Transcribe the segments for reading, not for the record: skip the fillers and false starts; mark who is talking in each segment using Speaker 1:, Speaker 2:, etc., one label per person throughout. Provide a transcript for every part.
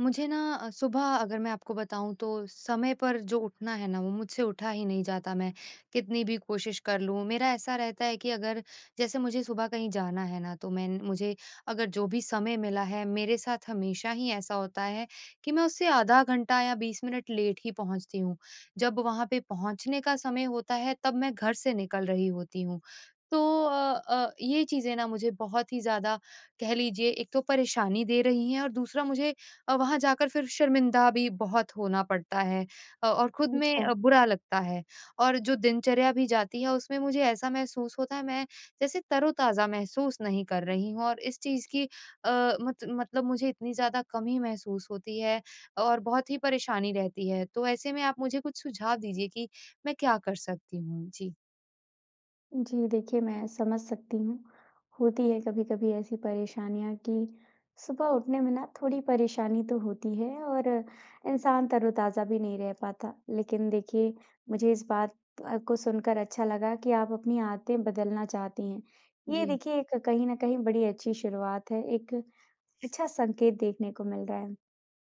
Speaker 1: मुझे ना सुबह अगर मैं आपको बताऊं तो समय पर जो उठना है ना वो मुझसे उठा ही नहीं जाता। मैं कितनी भी कोशिश कर लूं मेरा ऐसा रहता है कि अगर जैसे मुझे सुबह कहीं जाना है ना, तो मैं मुझे अगर जो भी समय मिला है, मेरे साथ हमेशा ही ऐसा होता है कि मैं उससे आधा घंटा या 20 मिनट लेट ही पहुंचती हूँ। जब वहां पे पहुंचने का समय होता है तब मैं घर से निकल रही होती हूँ। तो ये चीजें ना मुझे बहुत ही ज्यादा, कह लीजिए, एक तो परेशानी दे रही हैं और दूसरा मुझे वहाँ जाकर फिर शर्मिंदा भी बहुत होना पड़ता है। और खुद में
Speaker 2: अच्छा,
Speaker 1: बुरा लगता है। और जो दिनचर्या भी जाती है उसमें मुझे ऐसा महसूस होता है, मैं जैसे तरोताज़ा महसूस नहीं कर रही हूँ, और इस चीज़ की अ, मत मतलब मुझे इतनी ज़्यादा कमी महसूस होती है और बहुत ही परेशानी रहती है। तो ऐसे में आप मुझे कुछ सुझाव दीजिए कि मैं क्या कर सकती हूँ? जी।
Speaker 2: जी देखिए मैं समझ सकती हूँ। होती है कभी-कभी ऐसी परेशानियाँ कि सुबह उठने में ना थोड़ी परेशानी तो होती है और इंसान तरोताज़ा भी नहीं रह पाता। लेकिन देखिए मुझे इस बात को सुनकर अच्छा लगा कि आप अपनी आदतें बदलना चाहती हैं। ये
Speaker 1: जी,
Speaker 2: देखिए एक कहीं न कहीं बड़ी अच्छी शुरुआत है, एक अच्छा संकेत देखने को मिल रहा है।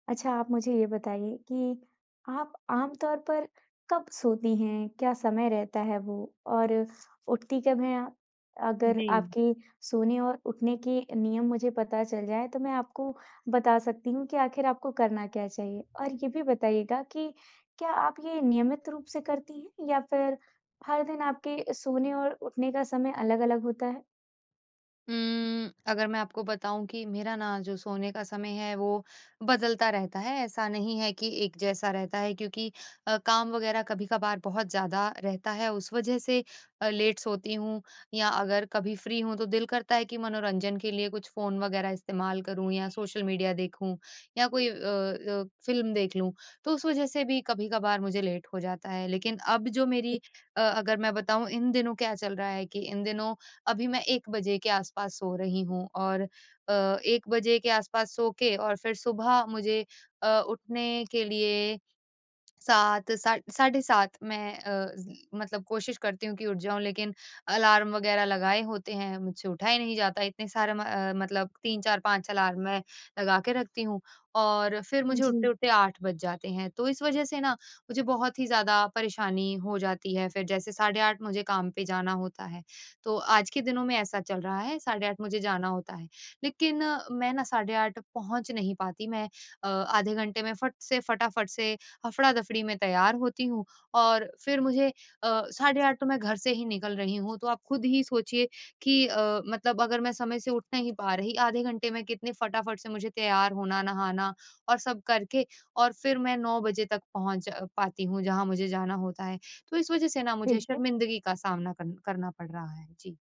Speaker 2: अच्छा, आप मुझे ये बताइए कि आप आम तौर पर कब सोती हैं? क्या समय रहता है वो? और उठती कब हैं आप? अगर
Speaker 1: जी।
Speaker 2: आपके सोने और उठने के नियम मुझे पता चल जाएँ, तो मैं आपको बता सकती हूँ कि आखिर आपको करना क्या चाहिए। और ये भी बताइएगा कि क्या आप ये नियमित रूप से करती हैं या फिर हर दिन आपके सोने और उठने का समय अलग-अलग होता है?
Speaker 1: अगर मैं आपको बताऊँ कि मेरा ना जो सोने का समय है वो बदलता रहता है, ऐसा नहीं है कि एक जैसा रहता है, क्योंकि काम वग़ैरह कभी-कभार बहुत ज़्यादा रहता है, उस वज़ह से लेट सोती हूँ या अगर कभी फ्री हूँ तो दिल करता है कि मनोरंजन के लिए कुछ फ़ोन वग़ैरह इस्तेमाल करूँ या सोशल मीडिया देखूँ या कोई फ़िल्म देख लूँ, तो उस वज़ह से भी कभी-कभार मुझे लेट हो जाता है। लेकिन अब जो मेरी, अगर मैं बताऊँ इन दिनों क्या चल रहा है, कि इन दिनों अभी मैं 1 बजे के आस-पास सो रही हूँ और 1 बजे के आस-पास सो के और फिर सुबह मुझे उठने के लिए 7 सा साढ़े 7 मैं मतलब कोशिश करती हूँ कि उठ जाऊँ, लेकिन अलार्म वगैरह लगाए होते हैं, मुझसे उठा ही नहीं जाता। इतने सारे मतलब 3, 4, 5 अलार्म मैं लगा के रखती हूँ और फिर मुझे
Speaker 2: जी।
Speaker 1: उठते-उठते 8 बज जाते हैं। तो इस वज़ह से ना मुझे बहुत ही ज़्यादा परेशानी हो जाती है, फिर जैसे साढ़े 8 मुझे काम पे जाना होता है। तो आज के दिनों में ऐसा चल रहा है, साढ़े 8 मुझे जाना होता है। लेकिन मैं ना साढ़े 8 पहुँच नहीं पाती, मैं आधे घंटे में फट से फटाफट से हफ़ड़ा-दफ़ड़ी में तैयार होती हूँ और फिर मुझे साढ़े 8 तो मैं घर से ही निकल रही हूँ, तो आप खुद ही सोचिए कि मतलब अगर मैं समय से उठ नहीं पा रही, आधे घंटे में कितने फटाफट से मुझे तैयार होना, नहाना और सब करके, और फिर मैं 9 बजे तक पहुँच पाती हूँ, जहाँ मुझे जाना होता है। तो इस वज़ह से ना मुझे
Speaker 2: ठीक है।
Speaker 1: शर्मिंदगी का सामना कर करना पड़ रहा है। जी।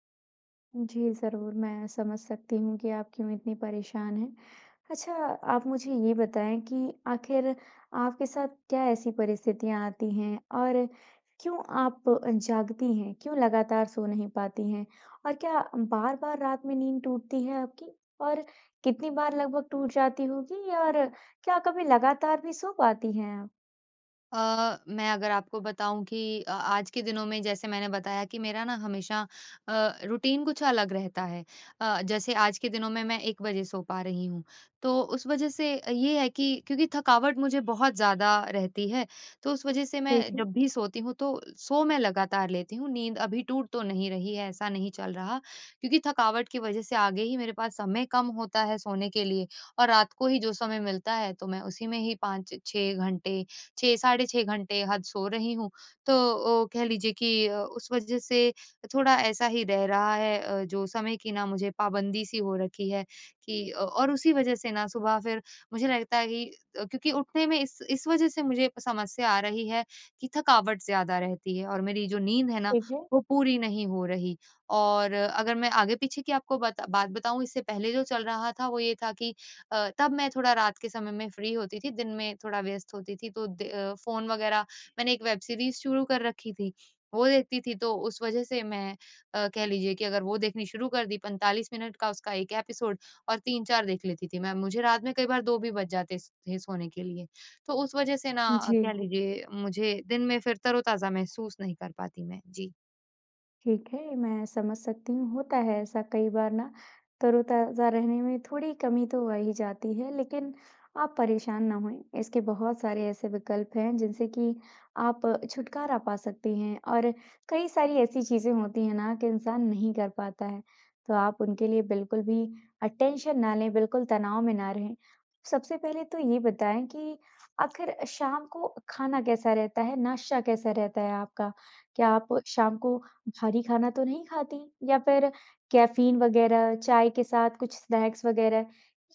Speaker 2: जी, ज़रूर, मैं समझ सकती हूँ कि आप क्यों इतनी परेशान हैं। अच्छा, आप मुझे ये बताएँ कि आखिर आपके साथ क्या ऐसी परिस्थितियाँ आती हैं और क्यों आप जागती हैं? क्यों लगातार सो नहीं पाती हैं? और क्या बार-बार रात में नींद टूटती है आपकी? और कितनी बार लगभग टूट जाती होगी और क्या कभी लगातार भी सो पाती हैं आप?
Speaker 1: मैं अगर आपको बताऊँ कि आज के दिनों में, जैसे मैंने बताया कि मेरा ना हमेशा रूटीन कुछ अलग रहता है। जैसे आज के दिनों में मैं 1 बजे सो पा रही हूँ, तो उस वज़ह से ये है कि क्योंकि थकावट मुझे बहुत ज़्यादा रहती है, तो उस वज़ह से मैं
Speaker 2: ठीक है,
Speaker 1: जब भी सोती हूँ तो मैं लगातार लेती हूँ, नींद अभी टूट तो नहीं रही है, ऐसा नहीं चल रहा। क्योंकि थकावट की वज़ह से आगे ही मेरे पास समय कम होता है सोने के लिए, और रात को ही जो समय मिलता है, तो मैं उसी में ही 5-6 घंटे, 6 साढ़े 6 घंटे हद सो रही हूँ। तो ओ कह लीजिए कि उस वज़ह से थोड़ा ऐसा ही रह रहा है, जो समय की ना मुझे पाबंदी सी हो रखी है, कि और उसी वज़ह से ना सुबह फिर मुझे लगता है कि क्योंकि उठने में इस वज़ह से मुझे समस्या आ रही है कि थकावट ज़्यादा रहती है और मेरी जो नींद है ना,
Speaker 2: ठीक है।
Speaker 1: वो पूरी नहीं हो रही। और अगर मैं आगे-पीछे की आपको बता बात बताऊँ, इससे पहले जो चल रहा था वो ये था कि तब मैं थोड़ा रात के समय में फ्री होती थी, दिन में थोड़ा व्यस्त होती थी, तो फ़ोन वग़ैरह, मैंने एक वेब सीरीज़ शुरू कर रखी थी, वो देखती थी, तो उस वज़ह से मैं कह लीजिए कि अगर वो देखनी शुरू कर दी, 45 मिनट का उसका 1 एपिसोड और 3-4 देख लेती थी मैं, मुझे रात में कई बार 2 भी बज जाते स थे सोने के लिए। तो उस वज़ह से ना कह
Speaker 2: जी।
Speaker 1: लीजिए मुझे दिन में फिर तरोताज़ा महसूस नहीं कर पाती मैं। जी।
Speaker 2: ठीक है, मैं समझ सकती हूँ, होता है ऐसा कई बार ना तरोताज़ा रहने में थोड़ी कमी तो आ ही जाती है, लेकिन आप परेशान ना होएँ। इसके बहुत सारे ऐसे विकल्प हैं जिनसे कि आप छुटकारा पा सकती हैं और कई सारी ऐसी चीज़ें होती हैं ना कि इंसान नहीं कर पाता है, तो आप उनके लिए बिल्कुल भी टेंशन ना लें, बिल्कुल तनाव में ना रहें। सबसे पहले तो ये बताएँ कि आखिर शाम को खाना कैसा रहता है, नाश्ता कैसा रहता है आपका? क्या आप शाम को भारी खाना तो नहीं खाती या फिर कैफ़ीन वग़ैरह, चाय के साथ कुछ स्नैक्स वग़ैरह,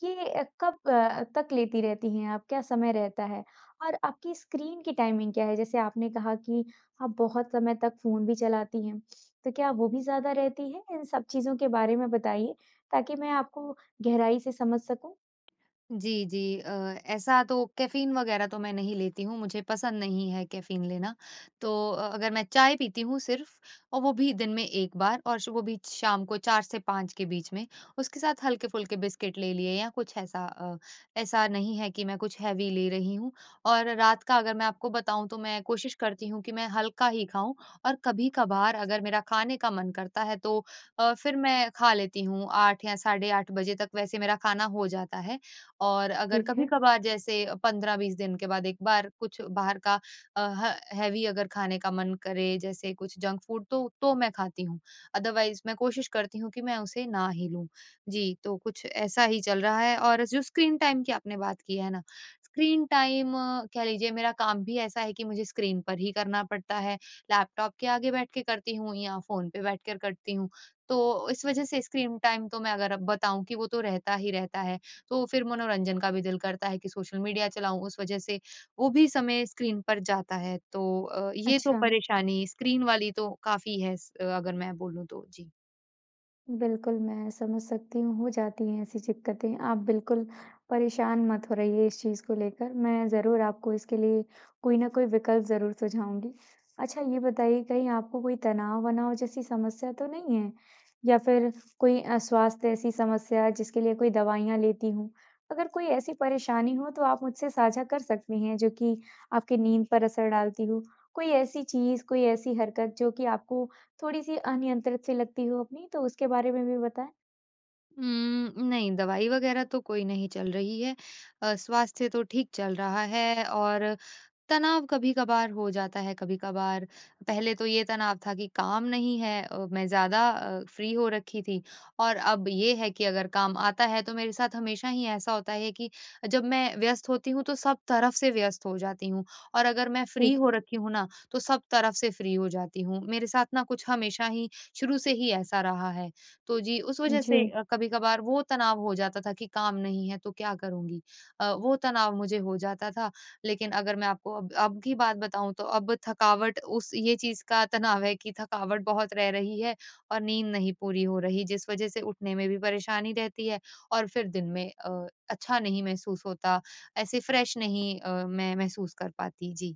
Speaker 2: ये कब तक लेती रहती हैं आप? क्या समय रहता है? और आपकी स्क्रीन की टाइमिंग क्या है? जैसे आपने कहा कि आप बहुत समय तक फ़ोन भी चलाती हैं, तो क्या वो भी ज़्यादा रहती है? इन सब चीज़ों के बारे में बताइए, ताकि मैं आपको गहराई से समझ सकूँ।
Speaker 1: जी, जी। ऐसा तो कैफ़ीन वग़ैरह तो मैं नहीं लेती हूँ, मुझे पसंद नहीं है कैफ़ीन लेना। तो अगर मैं चाय पीती हूँ सिर्फ़, और वो भी दिन में 1 बार, और श वो भी शाम को 4 से 5 के बीच में। उसके साथ हल्के-फुल्के बिस्किट ले लिए या कुछ ऐसा, ऐसा नहीं है कि मैं कुछ हेवी ले रही हूँ। और रात का अगर मैं आपको बताऊँ, तो मैं कोशिश करती हूँ कि मैं हल्का ही खाऊँ, और कभी-कभार अगर मेरा खाने का मन करता है तो फिर मैं खा लेती हूँ, 8 या साढ़े 8 बजे तक वैसे मेरा खाना हो जाता है। और अगर
Speaker 2: ठीक है।
Speaker 1: कभी-कभार जैसे 15-20 दिन के बाद एक बार कुछ बाहर का अ, ह हेवी अगर खाने का मन करे, जैसे कुछ जंक फूड, तो मैं खाती हूँ। अदरवाइज़ मैं कोशिश करती हूँ कि मैं उसे ना ही लूँ। जी, तो कुछ ऐसा ही चल रहा है। और जो स्क्रीन टाइम की आपने बात की है ना, स्क्रीन टाइम, कह लीजिए मेरा काम भी ऐसा है कि मुझे स्क्रीन पर ही करना पड़ता है। लैपटॉप के आगे बैठ के करती हूँ या फ़ोन पे बैठकर करती हूँ। तो इस वज़ह से स्क्रीन टाइम तो मैं अगर अब बताऊँ कि वो तो रहता ही रहता है। तो फिर मनोरंजन का भी दिल करता है कि सोशल मीडिया चलाऊँ, उस वजह से वो भी समय स्क्रीन पर जाता है। तो ये तो
Speaker 2: अच्छा।
Speaker 1: परेशानी स्क्रीन वाली तो काफ़ी है स अगर मैं बोलूँ तो। जी।
Speaker 2: बिल्कुल, मैं समझ सकती हूँ, हो जाती हैं ऐसी दिक्कतें। आप बिल्कुल परेशान मत हो रहिए इस चीज़ को लेकर, मैं ज़रूर आपको इसके लिए कोई ना कोई विकल्प ज़रूर सुझाऊँगी। अच्छा ये बताइए कहीं आपको कोई तनाव-वनाव जैसी समस्या तो नहीं है? या फिर कोई स्वास्थ्य ऐसी समस्या जिसके लिए कोई दवाइयाँ लेती हूँ? अगर कोई ऐसी परेशानी हो तो आप मुझसे साझा कर सकती हैं जो कि आपकी नींद पर असर डालती हो। कोई ऐसी चीज़, कोई ऐसी हरकत जो कि आपको थोड़ी-सी अनियंत्रित सी लगती हो अपनी, तो उसके बारे में भी बताएँ?
Speaker 1: नहीं दवाई वगैरह तो कोई नहीं चल रही है। स्वास्थ्य तो ठीक चल रहा है और तनाव कभी-कभार हो जाता है, कभी-कभार। पहले तो ये तनाव था कि काम नहीं है, मैं ज़्यादा फ्री हो रखी थी, और अब ये है कि अगर काम आता है तो मेरे साथ हमेशा ही ऐसा होता है कि जब मैं व्यस्त होती हूँ तो सब तरफ से व्यस्त हो जाती हूँ, और अगर मैं फ्री
Speaker 2: ठीक
Speaker 1: हो
Speaker 2: है।
Speaker 1: रखी हूँ ना तो सब तरफ से फ्री हो जाती हूँ। मेरे साथ ना कुछ हमेशा ही शुरू से ही ऐसा रहा है। तो जी, उस वज़ह
Speaker 2: जी,
Speaker 1: से कभी-कभार वो तनाव हो जाता था कि काम नहीं है तो क्या करूँगी? वो तनाव मुझे हो जाता था। लेकिन अगर मैं आपको अब की बात बताऊँ, तो अब थकावट उस ये चीज़ का तनाव है कि थकावट बहुत रह रही है और नींद नहीं पूरी हो रही, जिस वज़ह से उठने में भी परेशानी रहती है, और फिर दिन में अच्छा नहीं महसूस होता, ऐसे फ्रेश नहीं मैं महसूस कर पाती। जी।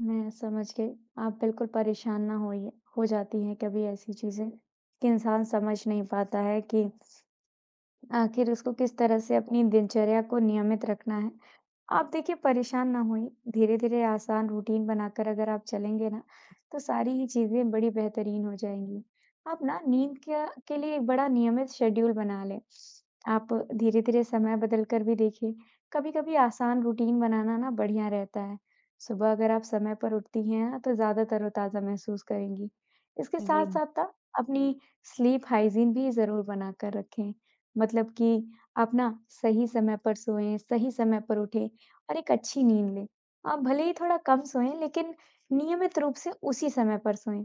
Speaker 2: मैं समझ गई। आप बिल्कुल परेशान ना होइए। हो जाती हैं कभी ऐसी चीज़ें कि इंसान समझ नहीं पाता है कि आखिर उसको किस तरह से अपनी दिनचर्या को नियमित रखना है। आप देखिए परेशान ना होइए, धीरे-धीरे आसान रूटीन बनाकर अगर आप चलेंगे ना, तो सारी ही चीज़ें बड़ी बेहतरीन हो जाएँगी। आप ना नींद क्या के लिए एक बड़ा नियमित शेड्यूल बना लें। आप धीरे-धीरे समय बदल कर भी देखिए, कभी-कभी आसान रूटीन बनाना ना बढ़िया रहता है। सुबह अगर आप समय पर उठती हैं ना, तो ज़्यादा तरोताज़ा महसूस करेंगी। इसके
Speaker 1: जी।
Speaker 2: साथ-साथ ना अपनी स्लीप हाइजीन भी ज़रूर बनाकर रखें। मतलब कि आप ना सही समय पर सोएँ, सही समय पर उठें, और एक अच्छी नींद लें। आप भले ही थोड़ा कम सोएँ लेकिन नियमित रूप से उसी समय पर सोएँ।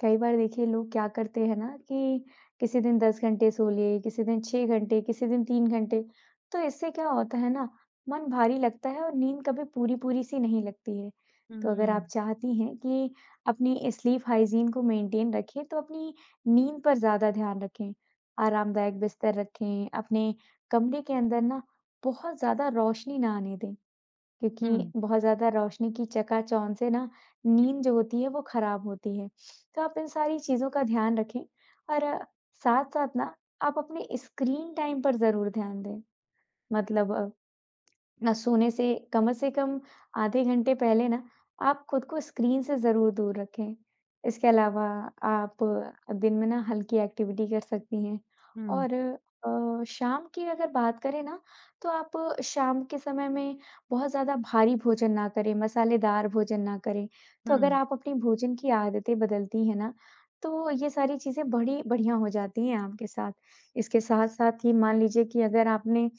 Speaker 2: कई बार देखिए लोग क्या करते हैं ना कि किसी दिन 10 घंटे सो लिए, किसी दिन 6 घंटे, किसी दिन 3 घंटे। तो इससे क्या होता है ना मन भारी लगता है और नींद कभी पूरी-पूरी सी नहीं लगती है। तो अगर
Speaker 1: हुँ।
Speaker 2: आप चाहती हैं कि अपनी स्लीप हाइजीन को मेंटेन रखें तो अपनी नींद पर ज़्यादा ध्यान रखें। आरामदायक बिस्तर रखें, अपने कमरे के अंदर ना बहुत ज़्यादा रोशनी ना आने दें।
Speaker 1: हुँ,
Speaker 2: क्योंकि बहुत ज़्यादा रोशनी की चकाचौंध से ना नींद जो होती है वो खराब होती है। तो आप इन सारी चीज़ों का ध्यान रखें और साथ-साथ ना आप अपने स्क्रीन टाइम पर ज़रूर ध्यान दें। मतलब ना सोने से कम आधे घंटे पहले ना आप खुद को स्क्रीन से ज़रूर दूर रखें। इसके अलावा आप दिन में ना हल्की एक्टिविटी कर सकती हैं
Speaker 1: हुँ,
Speaker 2: और शाम की अगर बात करें ना तो आप शाम के समय में बहुत ज़्यादा भारी भोजन ना करें, मसालेदार भोजन ना करें। तो अगर
Speaker 1: हुँ।
Speaker 2: आप अपनी भोजन की आदतें बदलती हैं ना, तो ये सारी चीज़ें बड़ी बढ़िया हो जाती हैं आपके साथ। इसके साथ-साथ ही मान लीजिए कि अगर आपने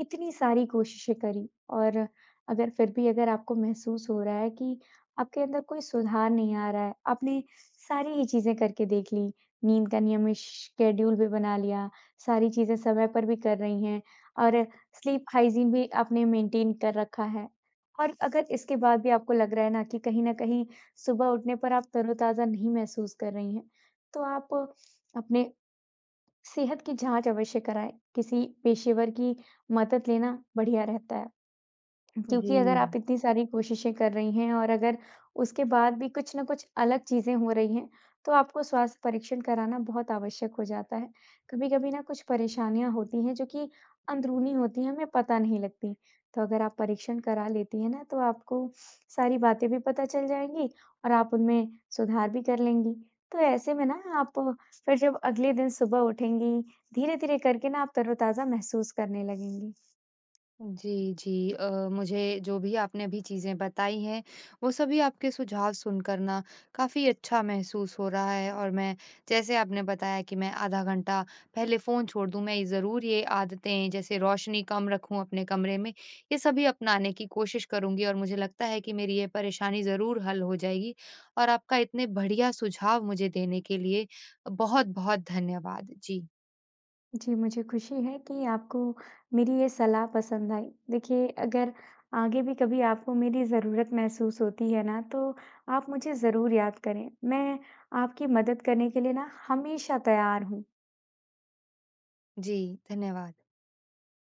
Speaker 2: इतनी सारी कोशिशें करी और अगर फिर भी अगर आपको महसूस हो रहा है कि आपके अंदर कोई सुधार नहीं आ रहा है, आपने सारी ही चीज़ें करके देख ली, नींद का नियमित शेड्यूल भी बना लिया, सारी चीज़ें समय पर भी कर रही हैं और स्लीप हाइजीन भी आपने मेंटेन कर रखा है। और अगर इसके बाद भी आपको लग रहा है ना कि कहीं न कहीं सुबह उठने पर आप तरोताज़ा नहीं महसूस कर रही हैं, तो आप अपने सेहत की जाँच अवश्य कराएँ, किसी पेशेवर की मदद लेना बढ़िया रहता है।
Speaker 1: जी।
Speaker 2: क्योंकि अगर आप इतनी सारी कोशिशें कर रही हैं और अगर उसके बाद भी कुछ न कुछ अलग चीज़ें हो रही हैं, तो आपको स्वास्थ्य परीक्षण कराना बहुत आवश्यक हो जाता है। कभी-कभी ना कुछ परेशानियाँ होती हैं जो कि अंदरूनी होती हैं, हमें पता नहीं लगती। तो अगर आप परीक्षण करा लेती हैं ना तो आपको सारी बातें भी पता चल जाएँगी और आप उनमें सुधार भी कर लेंगी। तो ऐसे में ना आप फिर जब अगले दिन सुबह उठेंगी, धीरे-धीरे करके ना आप तरोताज़ा महसूस करने लगेंगी।
Speaker 1: जी, जी। मुझे जो भी आपने अभी चीज़ें बताई हैं, वो सभी आपके सुझाव सुनकर ना काफ़ी अच्छा महसूस हो रहा है, और मैं, जैसे आपने बताया कि मैं आधा घंटा पहले फ़ोन छोड़ दूँ, मैं ज़रूर ये आदतें, जैसे रोशनी कम रखूँ अपने कमरे में, ये सभी अपनाने की कोशिश करूँगी, और मुझे लगता है कि मेरी ये परेशानी ज़रूर हल हो जाएगी। और आपका इतने बढ़िया सुझाव मुझे देने के लिए बहुत-बहुत धन्यवाद। जी,
Speaker 2: जी, मुझे खुशी है कि आपको मेरी ये सलाह पसंद आई। देखिए, अगर आगे भी कभी आपको मेरी ज़रूरत महसूस होती है ना, तो आप मुझे ज़रूर याद करें। मैं आपकी मदद करने के लिए ना हमेशा तैयार हूँ।
Speaker 1: जी, धन्यवाद।